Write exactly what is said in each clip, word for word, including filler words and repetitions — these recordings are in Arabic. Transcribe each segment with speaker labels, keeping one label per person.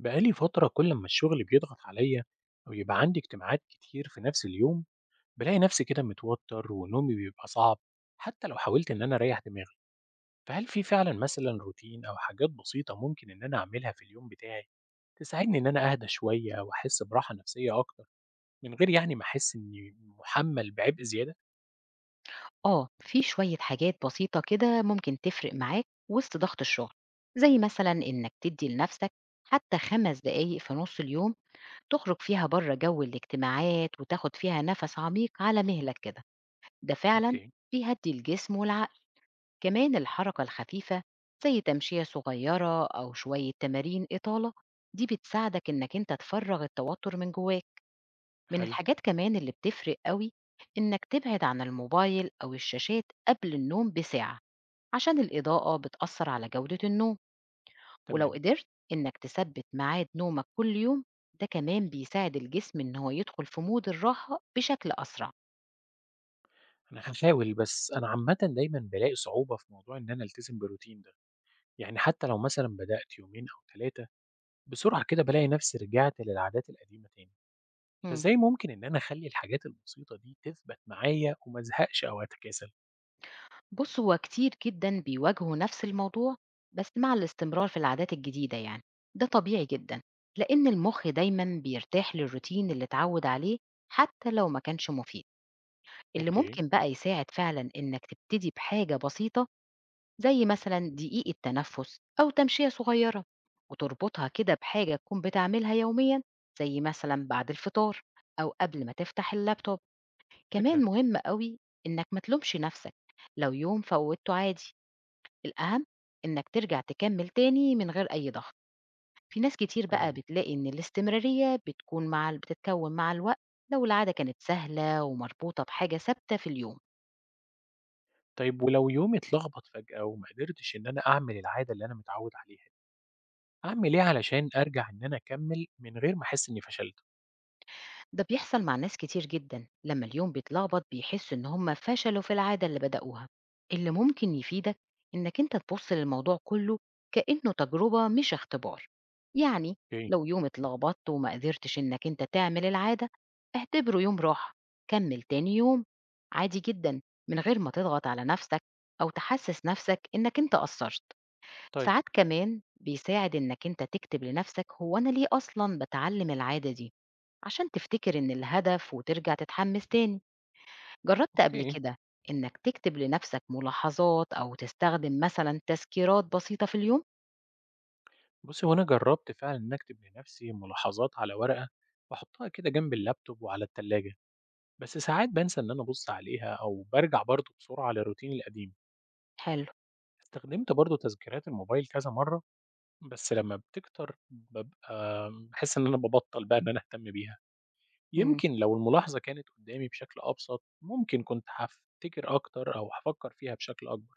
Speaker 1: بقالي فترة كل ما الشغل بيضغط عليا أو يبقى عندي اجتماعات كتير في نفس اليوم، بلاقي نفسي كده متوتر ونومي بيبقى صعب حتى لو حاولت إن أنا أريح دماغي. فهل في فعلا مثلا روتين أو حاجات بسيطة ممكن إن أنا أعملها في اليوم بتاعي تساعدني إن أنا أهدى شوية وأحس براحة نفسية أكتر من غير يعني ما أحس إني محمل بعبء زيادة؟
Speaker 2: آه، في شوية حاجات بسيطة كده ممكن تفرق معاك وسط ضغط الشغل، زي مثلا إنك تدي لنفسك حتى خمس دقايق في نص اليوم تخرج فيها بره جو الاجتماعات وتاخد فيها نفس عميق على مهلك كده، ده فعلا
Speaker 1: أوكي.
Speaker 2: بيهدي الجسم والعقل. كمان الحركة الخفيفة زي تمشية صغيرة أو شوية تمارين إطالة دي بتساعدك إنك أنت تفرغ التوتر من جواك. من
Speaker 1: حلو.
Speaker 2: الحاجات كمان اللي بتفرق قوي إنك تبعد عن الموبايل أو الشاشات قبل النوم بساعة عشان الإضاءة بتأثر على جودة النوم. ولو
Speaker 1: تمام.
Speaker 2: قدرت إنك تثبت ميعاد نومك كل يوم، ده كمان بيساعد الجسم إن هو يدخل في مود الراحة بشكل أسرع.
Speaker 1: أنا هحاول، بس أنا عامة دايما بلاقي صعوبة في موضوع إن أنا ألتزم بروتين ده، يعني حتى لو مثلا بدأت يومين أو ثلاثة بسرعة كده بالاقي نفسي رجعت للعادات القديمة تاني،
Speaker 2: مم.
Speaker 1: فازاي ممكن إن أنا أخلي الحاجات البسيطة دي تثبت معايا وما أزهقش أو أتكاسل؟
Speaker 2: بص، هو كتير جدا بيواجهوا نفس الموضوع بس مع الاستمرار في العادات الجديدة، يعني ده طبيعي جدا لأن المخ دايما بيرتاح للروتين اللي اتعود عليه حتى لو ما كانش مفيد. اللي
Speaker 1: اوكي.
Speaker 2: ممكن بقى يساعد فعلا إنك تبتدي بحاجة بسيطة زي مثلا دقيقة تنفس أو تمشية صغيرة وتربطها كده بحاجة تكون بتعملها يوميا، زي مثلا بعد الفطار أو قبل ما تفتح اللابتوب. كمان
Speaker 1: فكرة.
Speaker 2: مهم قوي إنك ما تلومش نفسك لو يوم فوتته، عادي. الأهم إنك ترجع تكمل تاني من غير أي ضغط. في ناس كتير بقى
Speaker 1: تمام،
Speaker 2: بتلاقي إن الاستمرارية بتكون مع بتتكون مع الوقت لو العادة كانت سهلة ومربوطة بحاجة ثابتة في اليوم.
Speaker 1: طيب ولو يومي اتلخبط فجأة وما قدرتش إن أنا أعمل العادة اللي أنا متعود عليها دي، أعمل إيه علشان أرجع إن أنا أكمل من غير ما أحس إني فشلت؟
Speaker 2: ده بيحصل مع ناس كتير جدا، لما اليوم بيتلخبط بيحسوا إن هم فشلوا في العادة اللي بدأوها. اللي ممكن يفيدك إنك أنت تبص للموضوع كله كأنه تجربة مش اختبار. يعني
Speaker 1: اوكي.
Speaker 2: لو يوم اتلخبطت وما قدرتش إنك أنت تعمل العادة، اعتبره يوم راحة، كمل تاني يوم عادي جدا، من غير ما تضغط على نفسك أو تحسس نفسك إنك أنت قصرت.
Speaker 1: طيب.
Speaker 2: ساعات كمان بيساعد إنك أنت تكتب لنفسك هو أنا ليه أصلا بتعلم العادة دي، عشان تفتكر إن الهدف وترجع تتحمس تاني. جربت قبل
Speaker 1: اوكي.
Speaker 2: كده إنك تكتب لنفسك ملاحظات أو تستخدم مثلا تذكيرات بسيطة في اليوم؟
Speaker 1: بصي، هو أنا جربت فعلا إن أكتب لنفسي ملاحظات على ورقة وأحطها كده جنب اللابتوب وعلى التلاجة، بس ساعات بنسى إن أنا أبص عليها أو برجع برضه بسرعة للروتين القديم.
Speaker 2: حلو.
Speaker 1: استخدمت برضه تذكيرات الموبايل كذا مرّة، بس لمّا بتكتر بابقى باحس إن أنا بابطّل بقى إن أنا أهتم بيها،
Speaker 2: مم.
Speaker 1: يمكن لو الملاحظة كانت قدّامي بشكل أبسط، ممكن كنت هافتكر أكتر أو هافكّر فيها بشكل أكبر،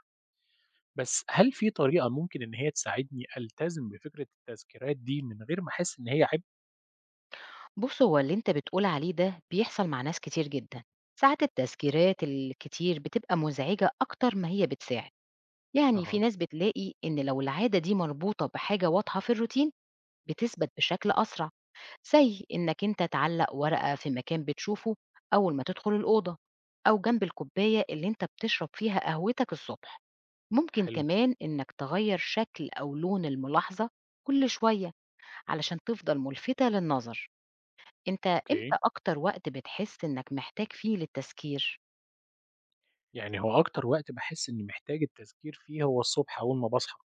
Speaker 1: بس هل في طريقة ممكن إن هي تساعدني ألتزم بفكرة التذكيرات دي من غير ما أحس إن هي عبء؟
Speaker 2: بص، هو اللي انت بتقول عليه ده بيحصل مع ناس كتير جدا. ساعات التذكيرات الكتير بتبقى مزعجة أكتر ما هي بتساعد. يعني في
Speaker 1: أها.
Speaker 2: ناس بتلاقي إن لو العادة دي مربوطة بحاجة واضحة في الروتين بتثبت بشكل أسرع، زي إنك أنت تعلق ورقة في مكان بتشوفه أول ما تدخل الأوضة، أو جنب الكوباية اللي أنت بتشرب فيها قهوتك الصبح. ممكن
Speaker 1: حلو.
Speaker 2: كمان إنك تغير شكل أو لون الملاحظة كل شوية علشان تفضل ملفتة للنظر. أنت إمتى
Speaker 1: أوكي،
Speaker 2: أكتر وقت بتحس إنك محتاج فيه للتذكير؟
Speaker 1: يعني هو أكتر وقت باحس إني محتاج التذكير فيه هو الصبح أول ما باصحى،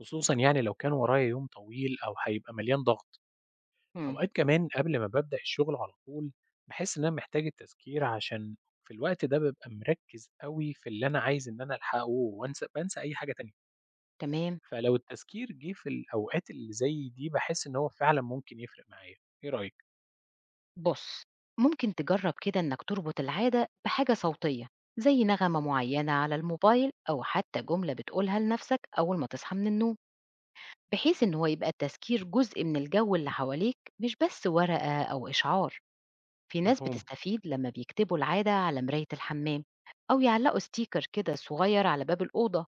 Speaker 1: خصوصًا يعني لو كان ورايا يوم طويل أو هيبقى مليان ضغط.
Speaker 2: مم.
Speaker 1: أوقات كمان قبل ما بابدأ الشغل على طول باحس إن أنا محتاج التذكير عشان في الوقت ده بابقى مركز أوي في اللي أنا عايز إن أنا ألحقه، وانسى بانسى أي حاجة تانية،
Speaker 2: تمام.
Speaker 1: فلو التذكير جه في الأوقات اللي زي دي باحس إن هو فعلًا ممكن يفرق معايا، إيه رأيك؟
Speaker 2: بص، ممكن تجرب كده إنك تربط العادة بحاجة صوتية زي نغمة معينة على الموبايل أو حتى جملة بتقولها لنفسك أول ما تصحى من النوم، بحيث إن هو يبقى التذكير جزء من الجو اللي حواليك مش بس ورقة أو إشعار. في ناس
Speaker 1: مفهوم.
Speaker 2: بتستفيد لما بيكتبوا العادة على مراية الحمام أو يعلقوا ستيكر كده صغير على باب الأوضة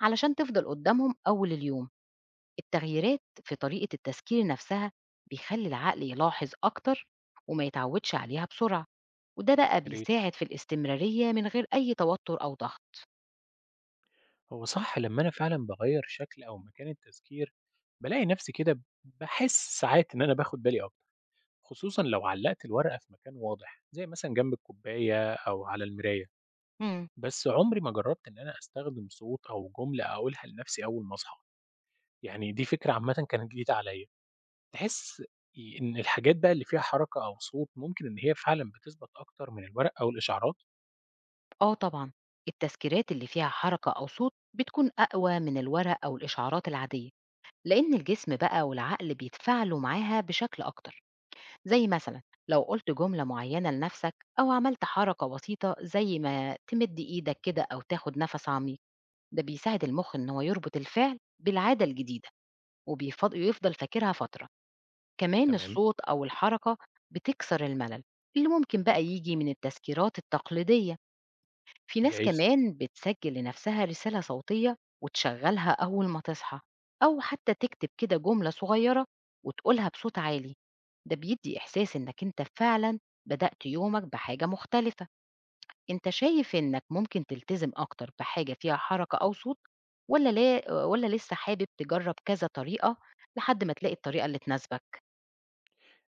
Speaker 2: علشان تفضل قدامهم أول اليوم. التغييرات في طريقة التذكير نفسها بيخلي العقل يلاحظ أكتر وما يتعودش عليها بسرعة، وده بقى
Speaker 1: يا ريت.
Speaker 2: بيساعد في الاستمرارية من غير أي توتر أو ضغط.
Speaker 1: هو صح لما أنا فعلًا باغير شكل أو مكان التذكير بالاقي نفسي كده باحس ساعات إن أنا باخد بالي أكتر، خصوصًا لو علقت الورقة في مكان واضح زي مثلًا جنب الكوباية أو على المراية.
Speaker 2: مم.
Speaker 1: بس عمري ما جرّبت إن أنا أستخدم صوت أو جملة أقولها لنفسي أول ما أصحى، يعني دي فكرة عامةً كانت جديدة عليَّ، تحس ي إن الحاجات بقى اللي فيها حركة أو صوت ممكن إن هي فعلًا بتثبت أكتر من الورق أو الإشعارات؟
Speaker 2: آه طبعًا، التذكيرات اللي فيها حركة أو صوت بتكون أقوى من الورق أو الإشعارات العادية، لأن الجسم بقى والعقل بيتفاعلوا معاها بشكل أكتر. زي مثلًا لو قلت جملة معينة لنفسك أو عملت حركة بسيطة زي ما تمد إيدك كده أو تاخد نفس عميق، ده بيساعد المخ إن هو يربط الفعل بالعادة الجديدة وبيفض ويفضل فاكرها فترة. كمان
Speaker 1: تمام.
Speaker 2: الصوت أو الحركة بتكسر الملل اللي ممكن بقى ييجي من التذكيرات التقليدية. في ناس
Speaker 1: جايز.
Speaker 2: كمان بتسجل لنفسها رسالة صوتية وتشغلها أول ما تصحى، أو حتى تكتب كده جملة صغيرة وتقولها بصوت عالي. ده بيدي إحساس إنك أنت فعلا بدأت يومك بحاجة مختلفة. أنت شايف إنك ممكن تلتزم أكتر بحاجة فيها حركة أو صوت ولا لا، ولا لسه حابب تجرب كذا طريقة لحد ما تلاقي الطريقة اللي تناسبك؟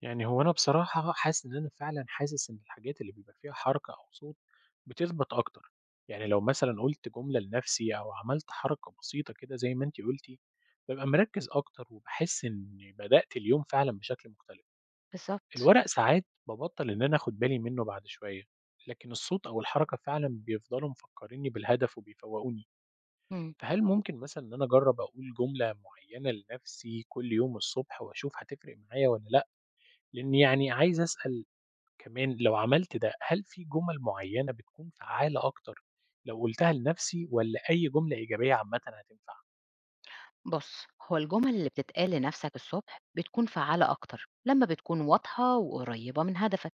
Speaker 1: يعني هو أنا بصراحة حاسس إن أنا فعلًا حاسس إن الحاجات اللي بيبقى فيها حركة أو صوت بتثبت أكتر، يعني لو مثلًا قُلت جملة لنفسي أو عملت حركة بسيطة كده زي ما أنتِ قُلتِ، بابقى مركّز أكتر وباحس إني بدأت اليوم فعلًا بشكل مختلف.
Speaker 2: بالظبط.
Speaker 1: الورق ساعات ببطل إن أنا آخد بالي منه بعد شوية، لكن الصوت أو الحركة فعلا بيفضلوا مفكريني بالهدف وبيفوقوني،
Speaker 2: مم.
Speaker 1: فهل ممكن مثلا إن أنا أجرب أقول جملة معينة لنفسي كل يوم الصبح وأشوف هتفرق معايا ولا لأ؟ لأن يعني عايز أسأل كمان لو عملت ده هل في جمل معينة بتكون فعالة أكتر لو قلتها لنفسي ولا أي جملة إيجابية عامة هتنفع؟
Speaker 2: بص، هو الجمل اللي بتتقال لنفسك الصبح بتكون فعالة أكتر لما بتكون واضحة وقريبة من هدفك.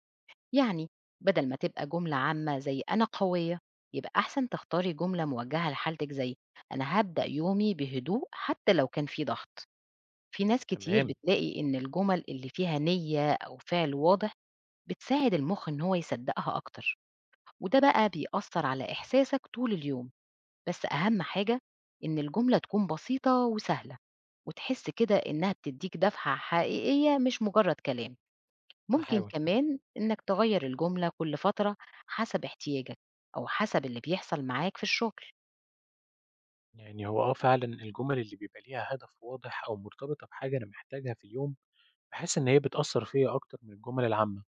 Speaker 2: يعني بدل ما تبقى جملة عامة زي أنا قوية، يبقى أحسن تختاري جملة موجهة لحالتك زي أنا هبدأ يومي بهدوء حتى لو كان في ضغط. في ناس كتير
Speaker 1: تمام.
Speaker 2: بتلاقي إن الجمل اللي فيها نية أو فعل واضح بتساعد المخ إن هو يصدقها أكتر، وده بقى بيأثر على إحساسك طول اليوم. بس أهم حاجة إن الجملة تكون بسيطة وسهلة وتحس كده إنها بتديك دفعة حقيقية مش مجرد كلام. ممكن
Speaker 1: هحاول.
Speaker 2: كمان إنك تغير الجملة كل فترة حسب احتياجك أو حسب اللي بيحصل معاك في الشغل.
Speaker 1: يعني هو اه فعلا الجمل اللي بيبقى ليها هدف واضح او مرتبطة بحاجة انا محتاجها في اليوم باحس إن هي بتأثّر فيّا أكتر من الجُمل العامة،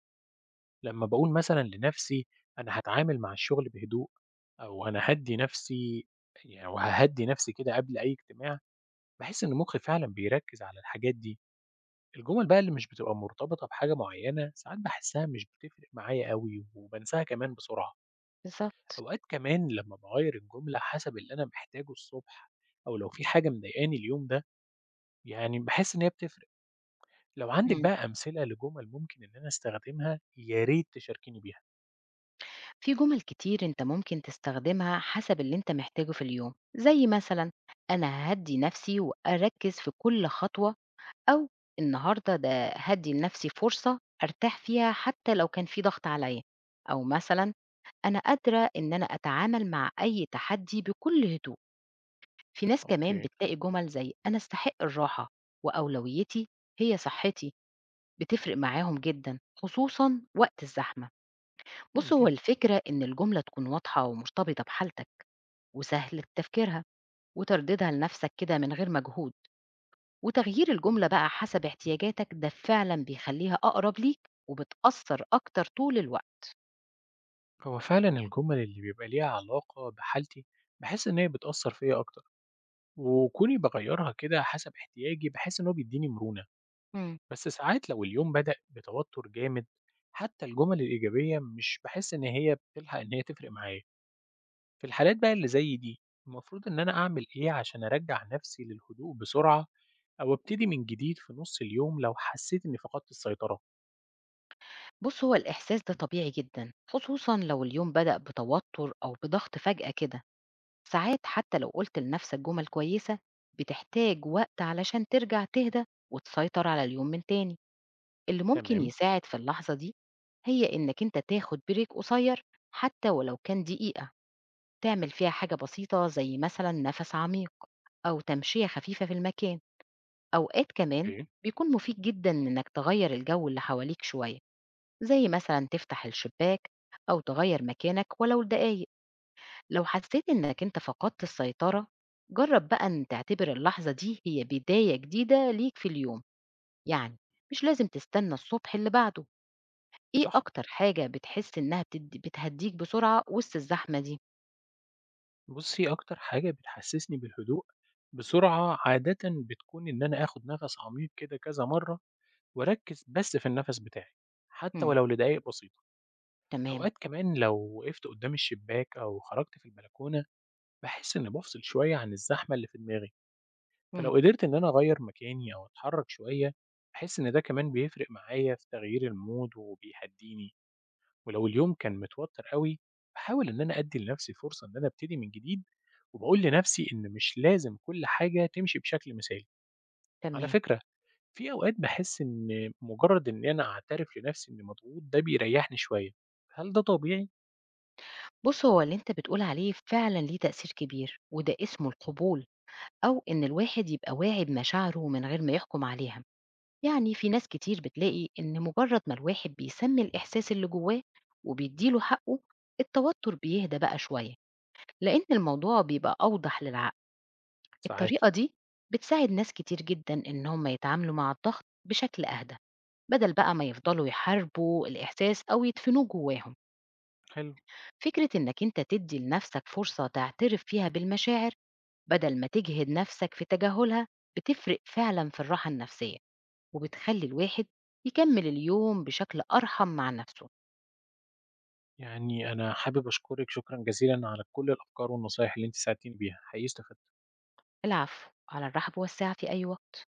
Speaker 1: لمّا باقول مثلًا لنَفْسي أنا هاتعامل مع الشغل بهدوء، أو أنا هادّي نَفْسي، يعني وهاهدّي نَفْسي كده قبل أي اجتماع، باحس إن مُخّي فعلًا بيركّز على الحاجات دي، الجُمل بقى اللي مش بتبقى مرتبطة بحاجة معيّنة ساعات باحسّها مش بتفرق معايا أوي وبانساها كمان بسرعة.
Speaker 2: بالظبط.
Speaker 1: أوقات كمان لمّا باغيّر الجملة حسب اللي أنا محتاجه الصبح أو لو في حاجة مضايقاني اليوم ده، يعني باحس إن هي بتفرق. لو عندِك
Speaker 2: مم.
Speaker 1: بقى أمثلة لجُمل ممكن إن أنا أستخدمها، يا ريت تشاركيني بيها.
Speaker 2: في جمل كتير انت ممكن تستخدمها حسب اللي انت محتاجه في اليوم، زي مثلا انا ههدي نفسي واركز في كل خطوة، أو النهارده ده هادّي لنفسي فرصة أرتاح فيها حتى لو كان في ضغط عليَّ، أو مثلًا أنا قادرة إن أنا أتعامل مع أي تحدي بكل هدوء. في ناس كمان
Speaker 1: أوكي.
Speaker 2: بتلاقي جُمل زي أنا أستحق الراحة، وأولويتي هي صحتي، بتفرق معاهم جدًا، خصوصًا وقت الزحمة. بُص، هو
Speaker 1: ممكن.
Speaker 2: الفكرة إن الجملة تكون واضحة ومرتبطة بحالتك وسهل تفكيرها وترديدها لنفسك كده من غير مجهود. وتغيير الجملة بقى حسب احتياجاتك ده فعلا بيخليها أقرب ليك وبتأثر أكتر طول الوقت.
Speaker 1: هو فعلًا الجُمل اللي بيبقى ليها علاقة بحالتي، باحس إن هي بتأثّر فيّا أكتر، وكوني باغيّرها كده حسب احتياجي، باحس إن هو بيدّيني مرونة.
Speaker 2: مم.
Speaker 1: بس ساعات لو اليوم بدأ بتوتر جامد، حتى الجُمل الإيجابية مش باحس إن هي بتلحق إن هي تفرق معايا. في الحالات بقى اللي زي دي، المفروض إن أنا أعمل إيه عشان أرجّع نفسي للهدوء بسرعة أو أبتدي من جديد في نُص اليوم لو حسّيت إني فقدت السيطرة؟
Speaker 2: بص، هو الإحساس ده طبيعي جدا، خصوصا لو اليوم بدأ بتوتر أو بضغط فجأة كده. ساعات حتى لو قلت لنفسك جمل كويسة بتحتاج وقت علشان ترجع تهدى وتسيطر على اليوم من تاني. اللي ممكن
Speaker 1: تمام.
Speaker 2: يساعد في اللحظة دي هي إنك أنت تاخد بريك قصير حتى ولو كان دقيقة، تعمل فيها حاجة بسيطة زي مثلا نفس عميق أو تمشية خفيفة في المكان. أوقات كمان
Speaker 1: أوكي.
Speaker 2: بيكون مفيد جدا إنك تغير الجو اللي حواليك شوية، زي مثلا تفتح الشباك أو تغير مكانك ولو لدقايق. لو حسيت إنك أنت فقدت السيطرة، جرب بقى إن تعتبر اللحظة دي هي بداية جديدة ليك في اليوم. يعني مش لازم تستنى الصبح اللي بعده. إيه
Speaker 1: صح.
Speaker 2: أكتر حاجة بتحس إنها بتدي- بتهديك بسرعة وسط الزحمة دي؟
Speaker 1: بُصّي، أكتر حاجة بتحسّسني بالهدوء بسرعة عادةً بتكون إن أنا آخُد نَفَس عميق كده كذا مرّة وأركّز بس في النَفَس بتاعي، حتّى
Speaker 2: مم.
Speaker 1: ولو لدقايق بسيطة.
Speaker 2: تمام.
Speaker 1: أوقات كمان لو وقفت قُدّام الشباك أو خرجت في البلكونة، باحس إنّي بافصل شوية عن الزحمة اللي في دماغي، فلو
Speaker 2: مم.
Speaker 1: قدرت إن أنا أغيّر مكاني أو أتحرّك شوية، باحس إن ده كمان بيفرق معايا في تغيير الmood وبيهدّيني. ولو اليوم كان متوتر أوي، باحاول إن أنا أدّي لنفسي فرصة إن أنا أبتدي من جديد، وباقول لنفسي إن مش لازم كل حاجة تمشي بشكل مثالي. على
Speaker 2: تمام.
Speaker 1: فكرة، في أوقات باحس إن مجرد إن أنا أعترف لنفسي إني مضغوط ده بيريحني شوية، هل ده طبيعي؟
Speaker 2: بُص، هو اللي أنت بتقول عليه فعلًا ليه تأثير كبير، وده اسمه القبول، أو إن الواحد يبقى واعي بمشاعره من غير ما يحكم عليها. يعني في ناس كتير بتلاقي إن مجرد ما الواحد بيسمي الإحساس اللي جواه وبيدّي له حقه، التوتر بيهدى بقى شوية، لإن الموضوع بيبقى أوضح للعقل.
Speaker 1: ساعات.
Speaker 2: الطريقة دي بتساعد ناس كتير جدًا إن هم يتعاملوا مع الضغط بشكل أهدى، بدل بقى ما يفضلوا يحاربوا الإحساس أو يدفنوه جواهم.
Speaker 1: حلو،
Speaker 2: فكرة إنك أنت تدي لنفسك فرصة تعترف فيها بالمشاعر بدل ما تجهد نفسك في تجاهلها بتفرق فعلا في الراحة النفسية، وبتخلي الواحد يكمل اليوم بشكل أرحم مع نفسه.
Speaker 1: يعني أنا حابب أشكرِك شكرًا جزيلًا على كل الأفكار والنصايح اللي أنتِ ساعدتيني بيها، حقيقي استفدت.
Speaker 2: العفو، على الرحب والسعة، في أي وقت.